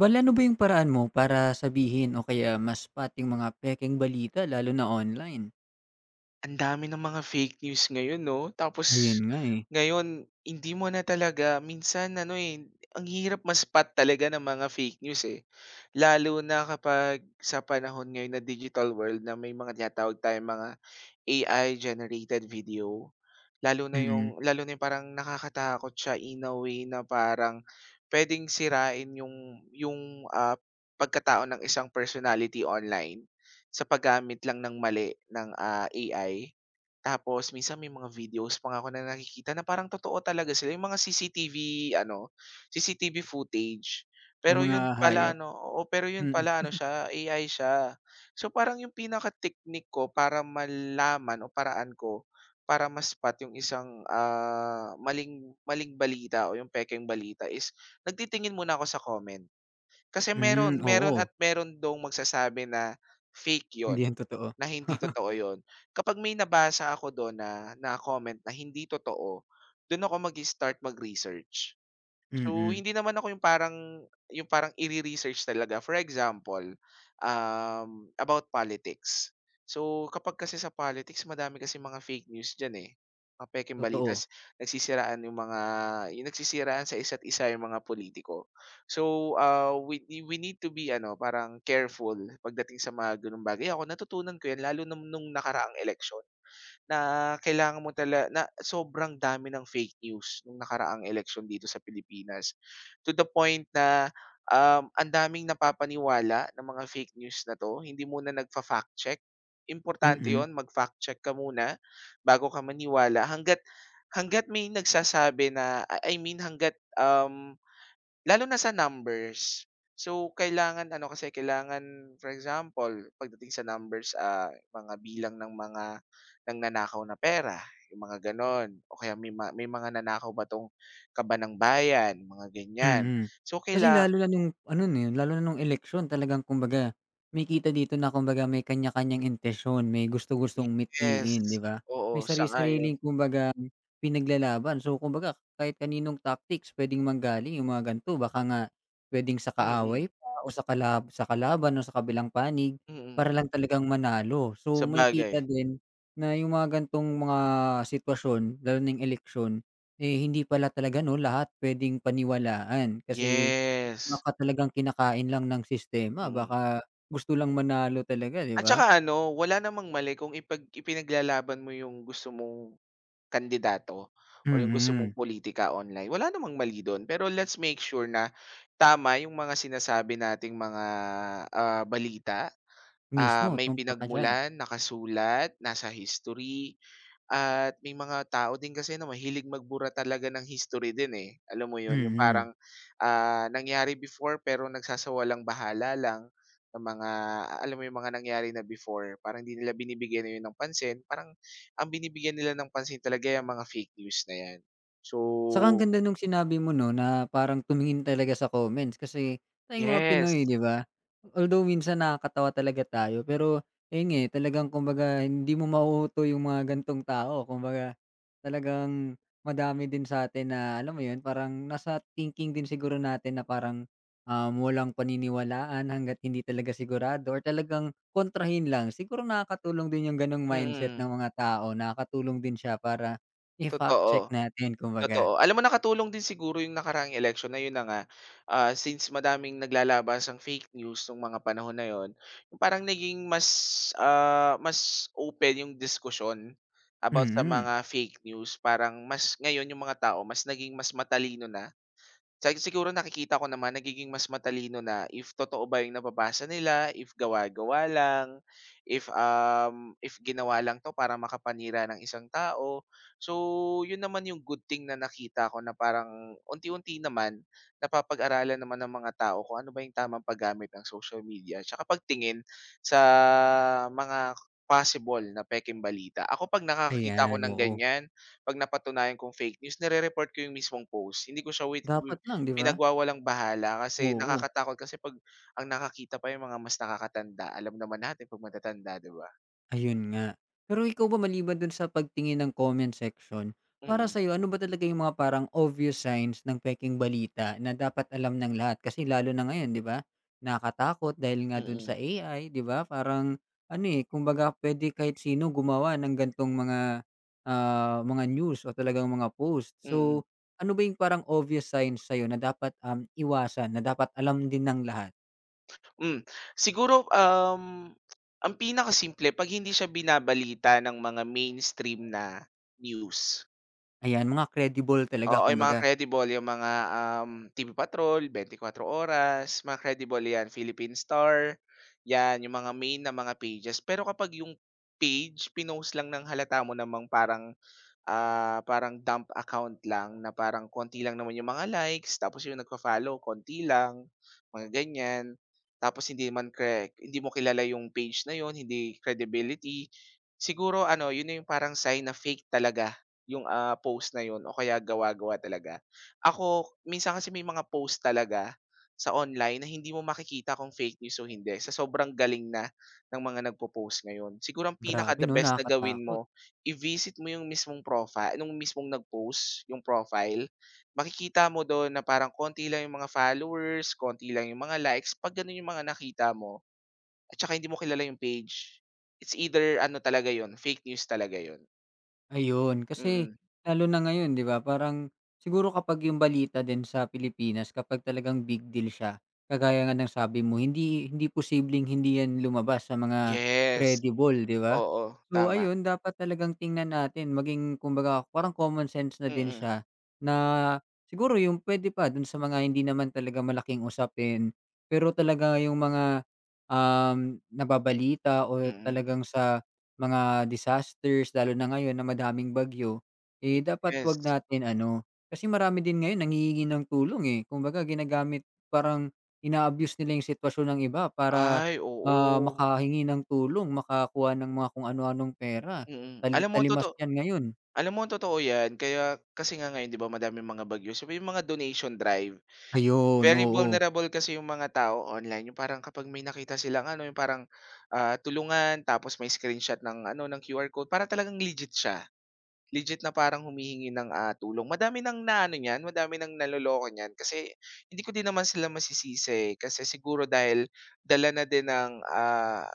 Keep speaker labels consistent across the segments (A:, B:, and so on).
A: Bale, ano ba yung paraan mo para sabihin o kaya mas pating mga pekeng balita lalo na online?
B: Ang dami ng mga fake news ngayon, 'no? Tapos
A: Ayun nga, eh,
B: ngayon hindi mo na talaga minsan ano, eh, ang hirap ma-spot talaga ng mga fake news, eh. Lalo na kapag sa panahon ngayon na digital world na may mga tinatawag tayong mga AI generated video. Lalo na
A: mm,
B: yung parang nakakatakot siya in a way na parang puwedeng sirain yung pagkatao ng isang personality online sa paggamit lang ng mali ng, AI. Tapos minsan may mga videos pa nga ako na nakikita na parang totoo talaga sila, yung mga CCTV ano, CCTV footage.
A: ng
B: Pero
A: mga
B: yun pala
A: hayop,
B: ano, oo, pero yun
A: mm.
B: pala ano siya, AI siya. So, parang yung pinaka-technique ko para malaman o paraan ko para maspat yung isang, maling maling balita o yung pekeng balita is nagtitingin muna ako sa comment. Kasi
A: Hmm,
B: meron meron
A: oo,
B: at meron dong magsasabi na fake
A: hindi
B: yon,
A: yan totoo.
B: na hindi totoo yon. Kapag may nabasa ako dun na na comment na hindi totoo, dun ako mag start mag-research. So,
A: Mm,
B: hindi naman ako yung parang ire-research talaga. For example, about politics. So, kapag kasi sa politics, madami kasi mga fake news diyan, eh, mga pekeng balita
A: totoo,
B: ta's nagsisiraan yung mga yung nagsisiraan sa isa't isa yung mga politiko. So, we need to be ano, parang careful pagdating sa mga gano'ng bagay. Ako natutunan ko 'yan lalo nung nakaraang election na kailangan mo tala na sobrang dami ng fake news nung nakaraang eleksyon dito sa Pilipinas. To the point na, ang daming napapaniwala ng mga fake news na 'to, hindi muna nagfa-fact check. Importante
A: mm.
B: 'yun, mag-fact check ka muna bago ka maniwala hangga't may nagsasabi na, I mean hangga't, um lalo na sa numbers. So, kailangan ano kasi, kailangan for example, pagdating sa numbers, mga bilang ng mga nangnanakaw na pera, yung mga gano'n o kaya may mga nanakaw ba 'tong kaba ng bayan, mga ganyan.
A: Mm.
B: So,
A: Kasi lalo na nung ano na yun, lalo na nung eleksyon talagang kumbaga makikita dito na kumbaga may kanya-kanyang intensyon, may gusto-gustong
B: yes,
A: mithiin, 'di ba?
B: oo,
A: May
B: sangayon, ayon.
A: sari-sariling kumbagang pinaglalaban. So, kumbaga kahit kaninong tactics puwedeng manggaling yung mga ganito. Baka nga puwedeng sa
B: Mm,
A: kaaway pa o sa sa kalaban o sa kabilang panig
B: mm,
A: para lang talagang manalo. So, makikita
B: bagay,
A: din na yung mga ganitong mga sitwasyon, lalo na yung eleksyon eh, hindi pala talaga 'no lahat puwedeng paniwalaan kasi
B: yes,
A: baka talagang kinakain lang ng sistema,
B: mm.
A: baka gusto lang manalo talaga, 'di
B: At
A: ba?
B: saka ano, wala namang mali kung ipinaglalaban mo yung gusto mong kandidato or yung gusto mong
A: Mm,
B: politika online, wala namang mali dun. Pero let's make sure na tama yung mga sinasabi nating mga, balita,
A: mismo,
B: may
A: tumpak ka diyan.
B: pinagmulan, nakasulat, nasa history. At may mga tao din kasi na mahilig magbura talaga ng history din, eh. Alam mo 'yun, yung
A: Mm.
B: parang, nangyari before pero nagsasawalang bahala lang ng mga alam mo yung mga nangyari na before, parang hindi nila binibigyan na 'yun ng pansin. Parang ang binibigyan nila ng pansin talaga yung mga fake news na 'yan. So,
A: Saka ang ganda nung sinabi mo 'no, na parang tumingin talaga sa comments kasi tayong mga Pinoy
B: yes,
A: 'di ba? Although minsan nakakatawa talaga tayo pero ayun nga, eh, talagang kumbaga hindi mo mahuhutol yung mga ganitong tao. Kumbaga talagang madami din sa atin na alam mo yun, parang nasa thinking din siguro natin na parang, walang paniniwalaan hangga't hindi talaga sigurado or talagang kontrahin lang. Siguro nakakatulong din yung gano'ng mindset
B: mm,
A: ng mga tao, nakakatulong din siya para i-fact check
B: totoo.
A: natin kumbaga.
B: Totoo. Alam mo nakatulong din siguro yung nakaraang election na yun na nga, since madaming naglalabasang fake news nung mga panahon na yun, yung parang naging mas, mas open yung diskusyon about sa
A: Mm,
B: mga fake news. Parang mas ngayon yung mga tao mas naging mas matalino na sa siguro nakikita ko naman nagiging mas matalino na if totoo ba yung nababasa nila, if gawa-gawa lang, if ginawa lang 'to para makapanira ng isang tao. So, yun naman yung good thing na nakita ko na parang unti-unti naman napapag-aralan naman ng mga tao kung ano ba yung tamang paggamit ng social media tsaka pagtingin sa mga possible na pekeng balita. Ako 'pag nakakakita ako
A: ayan,
B: ng
A: oo.
B: ganyan, 'pag napatunayan kong fake news nire-report ko yung mismong post. Hindi ko siya
A: Dapat lang, 'di ba?
B: pinagwawalang bahala kasi
A: Oo.
B: nakakatakot kasi 'pag ang nakakita pa yung mga mas nakakatanda, alam naman natin 'pag matatanda, 'di ba?
A: Ayun nga. Pero ikaw ba maliban dun sa pagtingin ng comment section, para
B: Mm,
A: sa'yo ano ba talaga yung mga parang obvious signs ng pekeng balita na dapat alam ng lahat? Kasi lalo na ngayon, 'di ba? Nakakatakot dahil nga dun sa
B: mm,
A: AI, 'di ba? Parang ano, eh, kumbaga puwede kahit sino gumawa ng gantong mga, ah, mga news o talagang mga post.
B: mm,
A: So, ano ba yung parang obvious signs sa'yo na dapat, iwasan, na dapat alam din ng lahat?
B: hmm. Siguro, ang pinakasimple 'pag hindi siya binabalita ng mga mainstream na news.
A: Ayan, mga credible talaga
B: Oo, yung
A: kumbaga.
B: mga credible, yung mga, TV Patrol, 24 Oras, mga credible 'yan, Philippine Star, 'yan yung mga main na mga pages. Pero kapag yung page pinost lang ng halata mo namang parang parang dump account lang na parang konti lang naman yung mga likes, tapos yung nagfa-follow konti lang, mga ganyan. Tapos hindi man cre hindi mo kilala yung page na yun, hindi credibility. Siguro ano, yun na yung parang sign na fake talaga yung, post na yun o kaya gawa-gawa talaga. Ako, minsan kasi may mga post talaga sa online na hindi mo makikita kung fake news o hindi, sa sobrang galing na ng mga nagpo-post ngayon. Siguro ang pinaka
A: Grabe
B: the
A: 'no,
B: best na gawin
A: nakakatakot.
B: mo i-visit mo yung mismong profile, nung mismong nag-post, yung profile, makikita mo dun na parang konti lang yung mga followers, konti lang yung mga likes, 'pag ganun yung mga nakita mo at tsaka hindi mo kilala yung page, it's either ano talaga yon, fake news talaga yon.
A: Ayun, kasi
B: Mm.
A: lalo na ngayon 'di ba parang siguro kapag yung balita din sa Pilipinas kapag talagang big deal siya, kagaya nga ng sabi mo hindi hindi posibleng hindi yan lumabas sa mga
B: Yes.
A: credible 'di ba?
B: Oo,
A: So
B: tama.
A: ayun, dapat talagang tingnan natin maging kumbaga parang common sense na din
B: Mm,
A: siya na siguro yung puwede pa dun sa mga hindi naman talaga malaking usapin, pero talaga yung mga, nababalita o
B: mm.
A: talagang sa mga disasters lalo na ngayon na madaming bagyo, eh, dapat 'wag
B: Yes.
A: natin ano kasi marami din ngayon nanghihingi ng tulong, eh. Kumbaga ginagamit parang ina-abuse nila yung sitwasyon ng iba para,
B: Ay,
A: ah,
B: oo.
A: makahingi ng tulong, makakuha ng mga kung ano-anong pera.
B: Mm.
A: Tali
B: Alam mo
A: talimas
B: totoo
A: yan ngayon.
B: alam mo totoo yan kaya kasi nga ngayon 'di ba madami mga bagyo, so may mga donation drive.
A: Ayun,
B: Very
A: oo.
B: vulnerable kasi yung mga tao online, yung parang kapag may nakita silang ano, yung parang, tulungan tapos may screenshot ng ano, ng QR code para talagang legit siya. Legit na parang humihingi ng, tulong. Madami ng naano niyan, madami ng naloloko niyan kasi hindi ko din naman sila masisisi kasi siguro dahil dala na din ng,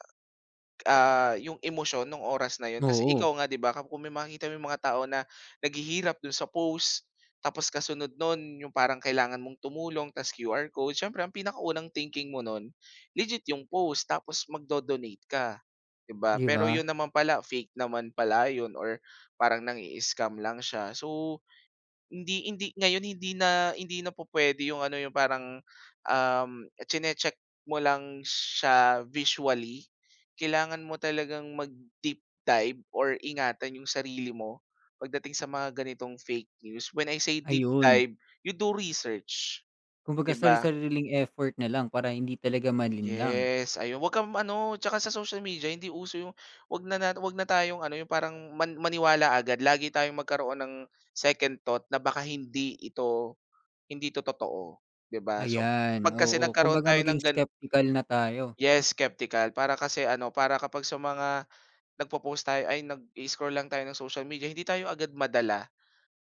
B: Yung emosyon nung oras na yun kasi ikaw
A: Oo,
B: nga 'di ba kung may makikita mo yung mga tao na naghihirap dun sa post, tapos kasunod nun yung parang kailangan mong tumulong tas QR code siyempre ang pinakaunang thinking mo nun, legit yung post tapos magdo-donate ka, 'di ba?
A: 'di
B: Pero
A: ba?
B: yun naman pala fake naman pala yun or parang nang-i-scam lang siya so, hindi hindi ngayon hindi na po pwede yung ano, yung parang, um, chine-check mo lang siya visually. Kailangan mo talagang mag-deep dive or ingatan yung sarili mo pagdating sa mga ganitong fake news. When I say deep
A: Ayun.
B: dive, you do research,
A: Kumbaga
B: 'di
A: sarili
B: ba?
A: sariling effort na lang para hindi talaga malinlang.
B: Yes, ayun. Huwag kang ano, tsaka sa social media hindi uso yung wag na tayong ano, yung parang man maniwala agad. Lagi tayong magkaroon ng second thought na baka hindi 'to totoo, 'di ba? So,
A: Ayan,
B: 'pag kasi
A: oo.
B: nagkaroon
A: Kumbaga
B: tayo ng
A: maging skeptical na tayo.
B: yes, skeptical. Para kasi ano, para kapag sa mga nagpo-post tayo ay nag-i-scroll lang tayo ng social media, hindi tayo agad madala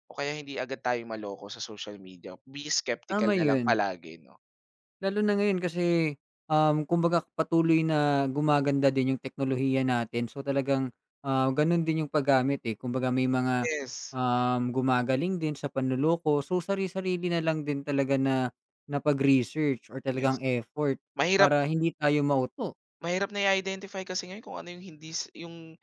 B: o kaya hindi agad tayo maloko sa social media. Be skeptical
A: Tama
B: na lang
A: yun.
B: palagi, 'no?
A: Lalo na ngayon kasi, kumbaga patuloy na gumaganda din yung teknolohiya natin. So, talagang, ah, gano'n din yung paggamit, eh. Kumbaga may mga,
B: Yes,
A: gumagaling din sa panloloko. So, sari-sarili na lang din talaga na na pag-research or talagang
B: yes.
A: effort
B: Mahirap
A: para hindi tayo mauto.
B: mahirap na i-identify kasi ngayon kung ano yung hindi s yung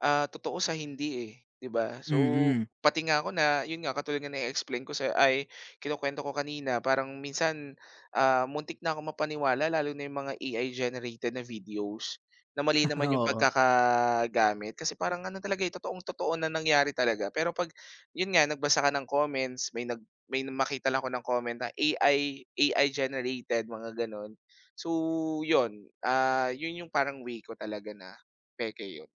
B: Totoo sa hindi, eh, 'di ba? So,
A: Mm.
B: pati nga ako na yun nga katulad nga na-explain ko sa kinukuwento ko kanina parang minsan, muntik na ako mapaniwala lalo na yung mga AI generated na videos na mali naman yung
A: Oo.
B: pagkakagamit kasi parang ano talaga, eh, totoong-totoo na nangyari talaga. Pero 'pag yun nga nagbasa ka ng comments, may may makita lang ako ng comment na AI AI generated mga gano'n. So, yun, yun yung parang way ko talaga na peke yun.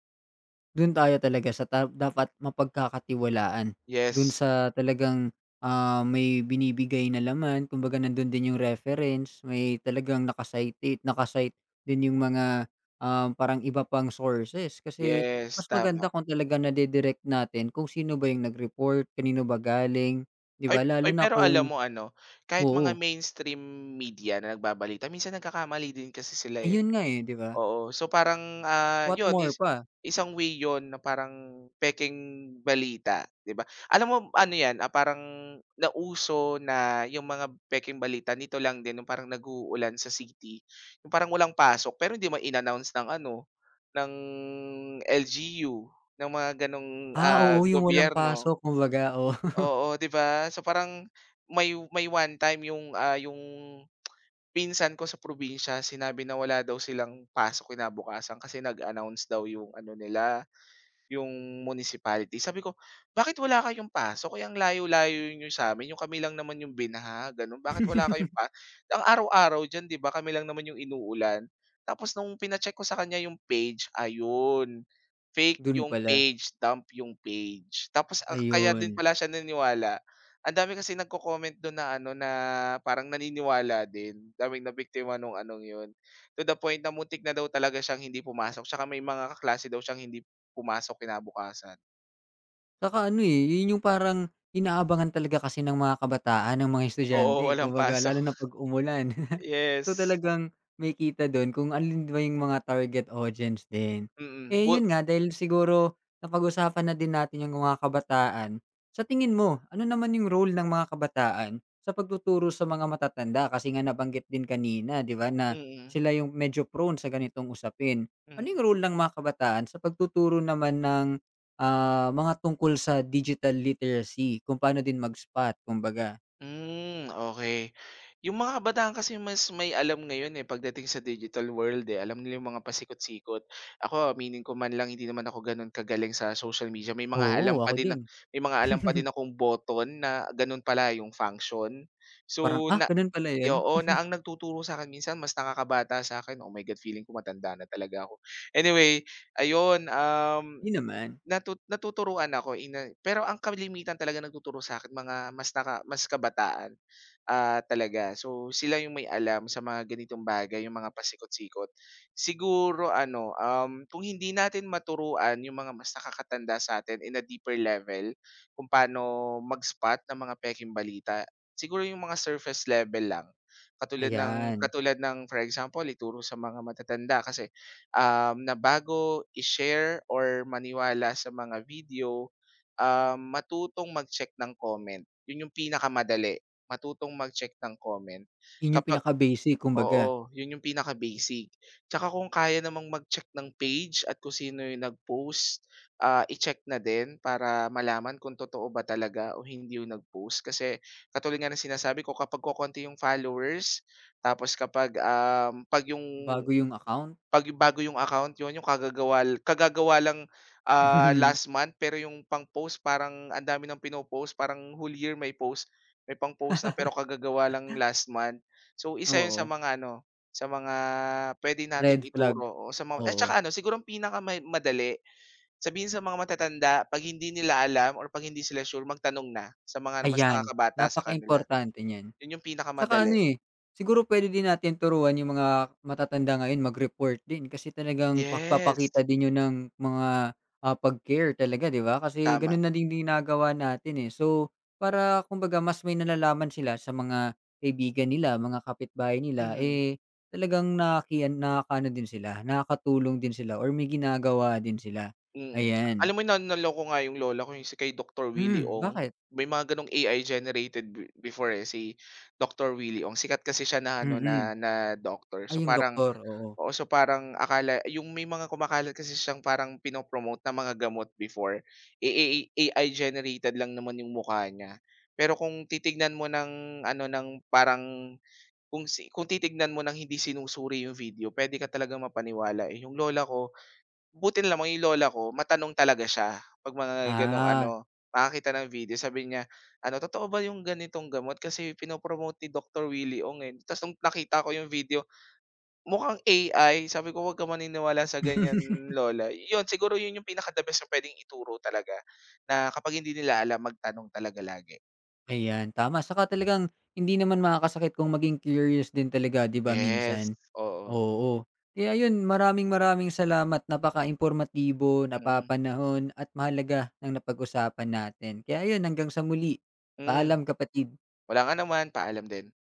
A: Do'n tayo talaga sa ta dapat mapagkakatiwalaan, do'n
B: Yes.
A: sa talagang, ah, may binibigay na laman kumbaga nando'n din yung reference, may talagang naka din yung mga, ah parang iba pang sources. Kasi
B: Yes,
A: mas
B: tama.
A: maganda kung talagang nade-direct natin kung sino ba yung nag-report, kanino ba galing, 'di
B: Ay
A: ba?
B: ay,
A: Lalo na
B: pero alam
A: kung
B: mo ano, kahit mga
A: oo,
B: mainstream media na nagbabalita minsan nagkakamali din kasi sila, eh.
A: ayun nga, eh, 'di ba?
B: Oo, so parang,
A: What
B: 'yun
A: more
B: is
A: pa?
B: isang way 'yun na parang pekeng balita, 'di ba? Alam mo ano 'yan, parang nauso na 'yung mga pekeng balita nito lang din 'yung parang nag-uulan sa city, 'yung parang walang pasok pero hindi man in-announce ng ano, ng LGU, ng mga gano'ng,
A: Ah, oo, yung walang
B: gobyerno.
A: pasok kumbaga, oo.
B: Oo, 'di ba? So parang may one time yung, yung pinsan ko sa probinsya sinabi na wala daw silang pasok kinabukasan kasi nag-announce daw yung ano nila yung municipality. Sabi ko, "Bakit wala kayong paso? Kaya ang layo-layo niyo sa'min, yung kami lang naman yung binaha, gano'n. Bakit wala kayong paso ang araw-araw diyan 'di ba, kami lang naman yung inuulan." Tapos nung pinacheck ko sa kanya yung page, ayun, fake
A: Do'n
B: yung
A: pala,
B: page, dump yung page. Tapos, kaya din
A: ayun.
B: pala siya naniniwala. Ang dami kasing nagko-comment do'n na ano, na parang naniniwala din. Daming nabiktima nung anong 'yun. To the point na muntik na daw talaga siyang hindi pumasok, tsaka may mga kaklase daw siyang hindi pumasok kinabukasan.
A: Tsaka ano, eh, yun yung parang inaabangan talaga kasi ng mga kabataan, ng mga
B: Oo,
A: estudyante, eh,
B: walang
A: kumbaga
B: pasok.
A: lalo na 'pag umulan. So,
B: Yes,
A: talagang makikita dun kung alin ba yung mga target audience din.
B: mm,
A: Eh,
B: bu
A: yun nga dahil siguro napag-usapan na din natin yung mga kabataan, sa tingin mo, ano naman yung role ng mga kabataan sa pagtuturo sa mga matatanda? Kasi nga nabanggit din kanina, 'di ba, na
B: mm,
A: sila yung medyo prone sa ganitong usapin. Ano
B: mm.
A: yung role ng mga kabataan sa pagtuturo naman ng ah, mga tungkol sa digital literacy, kung paano din mag-spot kumbaga.
B: Hmm, okey. Yung mga kabataan kasi mas may alam ngayon, eh, pagdating sa digital world, eh, alam nila yung mga pasikot-sikot. Ako aminin ko man lang hindi naman ako gano'n kagaling sa social media,
A: Oo, ako din.
B: may mga alam pa din akong button na gano'n pala yung function.
A: Parang,
B: So,
A: "Ah,
B: na
A: gano'n pala
B: eh,
A: 'yun?"
B: oo, na ang nagtuturo sa'kin minsan mas nakakabata sa'kin. Oh my God, feeling ko matanda na talaga ako. Anyway, ayun,
A: 'Di naman.
B: Natuturuan ako ina pero ang kalimitan talaga nagtuturo sa'kin mga mas kabataan, talaga. So, sila yung may alam sa mga ganitong bagay, yung mga pasikot-sikot. Siguro ano, kung hindi natin maturuan yung mga mas nakakatanda sa'tin in a deeper level kung paano mag-spot ng mga pekeng balita, siguro yung mga surface level lang.
A: Ayan,
B: Katulad ng for example, ituro sa mga matatanda kasi na bago i-share or maniwala sa mga video, matutong mag-check ng comment. 'Yun yung pinakamadali, matutong mag-check ng comment.
A: 'yun yung
B: Kapag
A: pinaka-basic kumbaga,
B: oo, 'yun yung pinaka-basic. Tsaka kung kaya namang mag-check ng page at kung sino yung nag-post, i-check na din para malaman kung totoo ba talaga o hindi yung nag-post. Kasi katulad nga ng sinasabi ko, kapag kokonti yung followers, tapos kapag,
A: bago yung account.
B: 'pag bago yung account, yun yung kagagawa kagagawa lang, last month pero yung pang-post parang ang dami ng pinopost parang whole year may post, may pang-post na pero kagagawa lang last month. So isa yun sa
A: Oo,
B: mga ano, sa mga pwede nating
A: red flag,
B: ituro, oo, sa mga at tsaka
A: oo.
B: ano siguro ang pinaka may madali, sabihin sa mga matatanda 'pag hindi nila alam or 'pag hindi sila sure magtanong na sa mga mas
A: Ayan,
B: nakakabata sa kanila.
A: importante niyan.
B: Yun yung
A: Tsaka
B: pinakamadali.
A: ano, eh, siguro pwede din natin turuan yung mga matatanda ngayon mag-report din kasi talagang
B: Yes,
A: pagpapakita din yun ng mga, ah, pag-care talaga, 'di ba? Kasi
B: tama.
A: ganun na din ginagawa natin, eh. So, para kumbaga mas may nalalaman sila sa mga kaibigan nila, mga kapitbahay nila,
B: Mhm.
A: eh, talagang nakakaano din sila, nakakatulong din sila or may ginagawa din sila,
B: Mm.
A: ayan.
B: Alam mo na naloko nga yung lola ko, yung si kay Doctor Willie
A: Hmm,
B: Ong.
A: bakit?
B: May mga gano'ng AI generated before, eh, si Doctor Willie Ong. Sikat kasi siya na ano,
A: Mm.
B: na na doctor.
A: Ay,
B: So,
A: yung
B: parang
A: doktor, oo.
B: oo, so parang akala yung may mga kumakalat kasi siyang parang pinopromote na mga gamot before, eh, eh, AI generated lang naman yung mukha niya. Pero kung titignan mo ng ano, ng parang kung titignan mo ng hindi sinusuri yung video, pwede ka talaga mapaniwala, eh. Yung lola ko buti na lamang yung lola ko matanong talaga siya 'pag mga gano'ng
A: Ah.
B: ano, nakakita ng video sabi niya, ano, "Totoo ba yung ganitong gamot kasi ni Doctor Willie Ong, eh." Ta's nung nakita ko yung video, mukhang AI sabi ko, "Huwag kang maniniwala sa ganyan lola." Yun yung pinaka the best na pwedeng ituro talaga na kapag hindi nila alam magtanong talaga lagi.
A: Ayan, tama. Saka talagang hindi naman makakasakit kung maging curious din talaga, 'di ba,
B: Yes,
A: minsan?
B: oo.
A: Oo. Kaya ayun, maraming-maraming salamat. Napaka-impormatibo,
B: Mm,
A: napapanahon at mahalaga ng napag-usapan natin. Kaya ayun, hanggang sa muli.
B: hmm.
A: Paalam kapatid.
B: Walang anuman, paalam din.